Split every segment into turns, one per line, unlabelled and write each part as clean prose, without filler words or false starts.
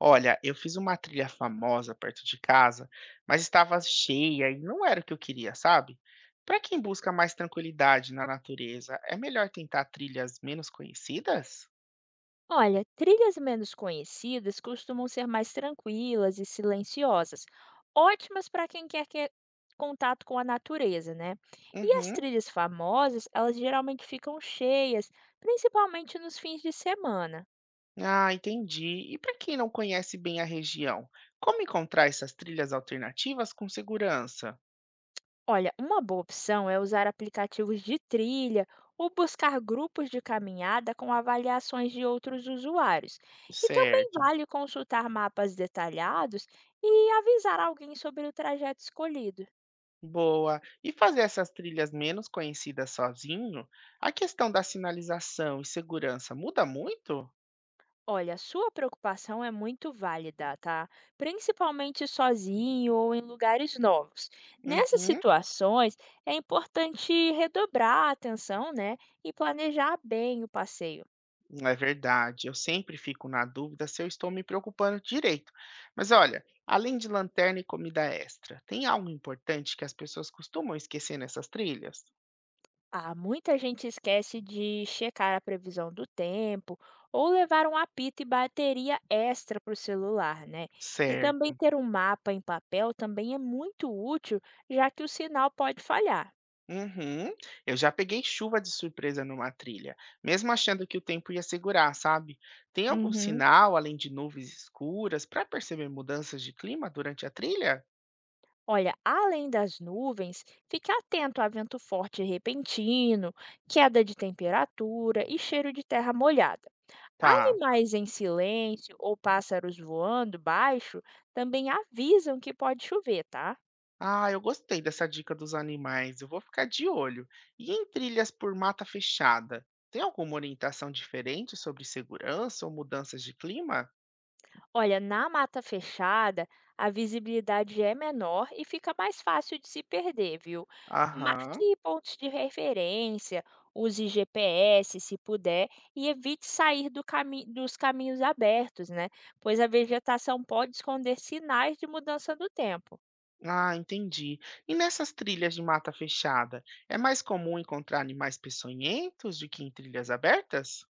Olha, eu fiz uma trilha famosa perto de casa, mas estava cheia e não era o que eu queria, sabe? Para quem busca mais tranquilidade na natureza, é melhor tentar trilhas menos conhecidas?
Olha, trilhas menos conhecidas costumam ser mais tranquilas e silenciosas, ótimas para quem quer que- contato com a natureza, né? E as
Uhum.
trilhas famosas, elas geralmente ficam cheias, principalmente nos fins de semana.
Ah, entendi. E para quem não conhece bem a região, como encontrar essas trilhas alternativas com segurança?
Olha, uma boa opção é usar aplicativos de trilha ou buscar grupos de caminhada com avaliações de outros usuários. E também
Certo.
vale consultar mapas detalhados e avisar alguém sobre o trajeto escolhido.
Boa. E fazer essas trilhas menos conhecidas sozinho? A questão da sinalização e segurança muda muito?
Olha, sua preocupação é muito válida, tá? Principalmente sozinho ou em lugares novos. Nessas
Uhum.
situações, é importante redobrar a atenção, né? E planejar bem o passeio.
É verdade, eu sempre fico na dúvida se eu estou me preocupando direito. Mas olha, além de lanterna e comida extra, tem algo importante que as pessoas costumam esquecer nessas trilhas?
Ah, muita gente esquece de checar a previsão do tempo ou levar um apito e bateria extra para o celular, né? E também
Certo.
ter um mapa em papel também é muito útil, já que o sinal pode falhar.
Uhum. Eu já peguei chuva de surpresa numa trilha, mesmo achando que o tempo ia segurar, sabe? Tem algum
Uhum.
sinal, além de nuvens escuras, para perceber mudanças de clima durante a trilha?
Olha, além das nuvens, fique atento a vento forte e repentino, queda de temperatura e cheiro de terra molhada.
Tá.
Animais em silêncio ou pássaros voando baixo também avisam que pode chover, tá?
Ah, eu gostei dessa dica dos animais. Eu vou ficar de olho. E em trilhas por mata fechada, tem alguma orientação diferente sobre segurança ou mudanças de clima?
Olha, na mata fechada, a visibilidade é menor e fica mais fácil de se perder, viu?
Aham.
Marque pontos de referência, use GPS se puder e evite sair do cami- dos caminhos abertos, né? Pois a vegetação pode esconder sinais de mudança do tempo.
Ah, entendi. E nessas trilhas de mata fechada, é mais comum encontrar animais peçonhentos do que em trilhas abertas?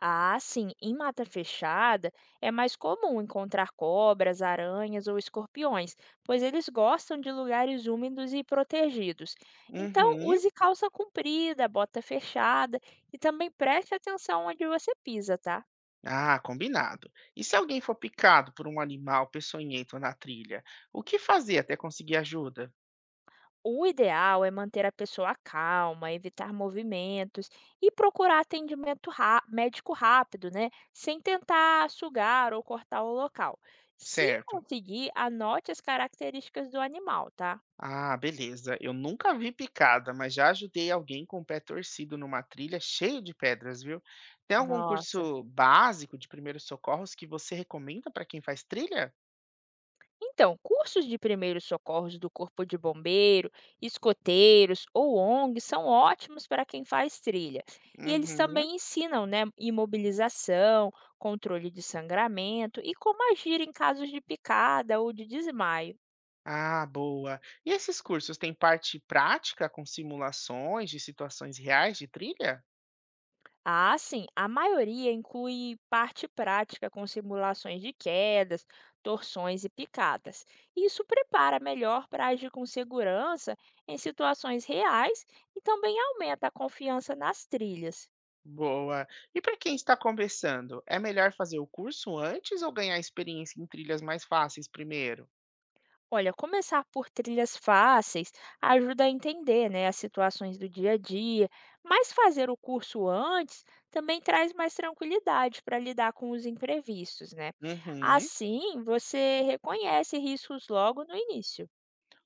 Ah, sim, em mata fechada é mais comum encontrar cobras, aranhas ou escorpiões, pois eles gostam de lugares úmidos e protegidos. Então,
Uhum.
use calça comprida, bota fechada e também preste atenção onde você pisa, tá?
Ah, combinado. E se alguém for picado por um animal peçonhento na trilha, o que fazer até conseguir ajuda?
O ideal é manter a pessoa calma, evitar movimentos e procurar atendimento rá- médico rápido, né? Sem tentar sugar ou cortar o local. Se
Certo.
conseguir, anote as características do animal, tá?
Ah, beleza. Eu nunca vi picada, mas já ajudei alguém com o pé torcido numa trilha cheio de pedras, viu? Tem algum
Nossa.
curso básico de primeiros socorros que você recomenda para quem faz trilha?
Então, cursos de primeiros socorros do Corpo de Bombeiro, escoteiros ou ONGs são ótimos para quem faz trilha. E eles
Uhum.
também ensinam, né, imobilização, controle de sangramento e como agir em casos de picada ou de desmaio.
Ah, boa. E esses cursos têm parte prática com simulações de situações reais de trilha?
Ah, sim. A maioria inclui parte prática com simulações de quedas, torções e picadas. Isso prepara melhor para agir com segurança em situações reais e também aumenta a confiança nas trilhas.
Boa. E para quem está começando, é melhor fazer o curso antes ou ganhar experiência em trilhas mais fáceis primeiro?
Olha, começar por trilhas fáceis ajuda a entender, né, as situações do dia a dia, mas fazer o curso antes também traz mais tranquilidade para lidar com os imprevistos, né?
Uhum.
Assim, você reconhece riscos logo no início.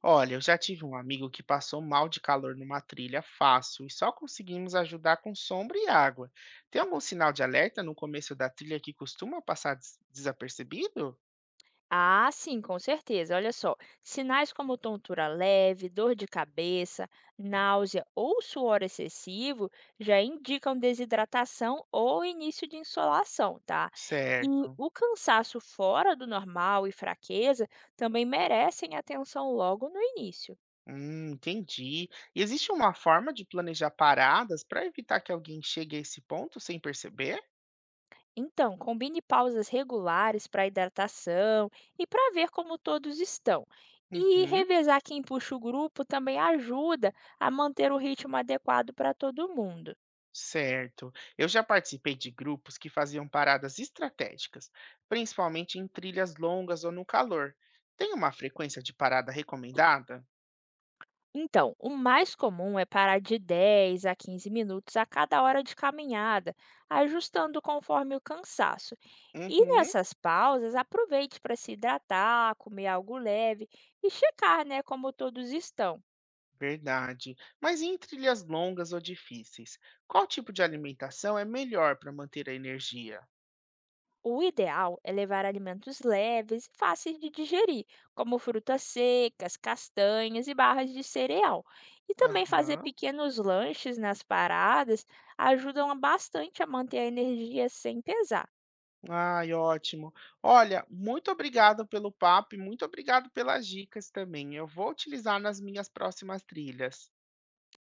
Olha, eu já tive um amigo que passou mal de calor numa trilha fácil e só conseguimos ajudar com sombra e água. Tem algum sinal de alerta no começo da trilha que costuma passar desapercebido?
Ah, sim, com certeza. Olha só, sinais como tontura leve, dor de cabeça, náusea ou suor excessivo já indicam desidratação ou início de insolação, tá? E
Certo.
o cansaço fora do normal e fraqueza também merecem atenção logo no início.
Entendi. E existe uma forma de planejar paradas para evitar que alguém chegue a esse ponto sem perceber?
Então, combine pausas regulares para hidratação e para ver como todos estão. E
Uhum.
revezar quem puxa o grupo também ajuda a manter o ritmo adequado para todo mundo.
Certo. Eu já participei de grupos que faziam paradas estratégicas, principalmente em trilhas longas ou no calor. Tem uma frequência de parada recomendada?
Então, o mais comum é parar de 10 a 15 minutos a cada hora de caminhada, ajustando conforme o cansaço. E
Uhum,
nessas pausas, aproveite para se hidratar, comer algo leve e checar né, como todos estão.
verdade. Mas e em trilhas longas ou difíceis, qual tipo de alimentação é melhor para manter a energia?
O ideal é levar alimentos leves e fáceis de digerir, como frutas secas, castanhas e barras de cereal. E também fazer
Aham.
pequenos lanches nas paradas ajudam bastante a manter a energia sem pesar.
Ai, ótimo. Olha, muito obrigado pelo papo e muito obrigado pelas dicas também. Eu vou utilizar nas minhas próximas trilhas.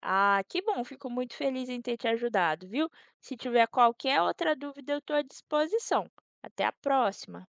Ah, que bom, fico muito feliz em ter te ajudado, viu? Se tiver qualquer outra dúvida, eu estou à disposição. Até a próxima!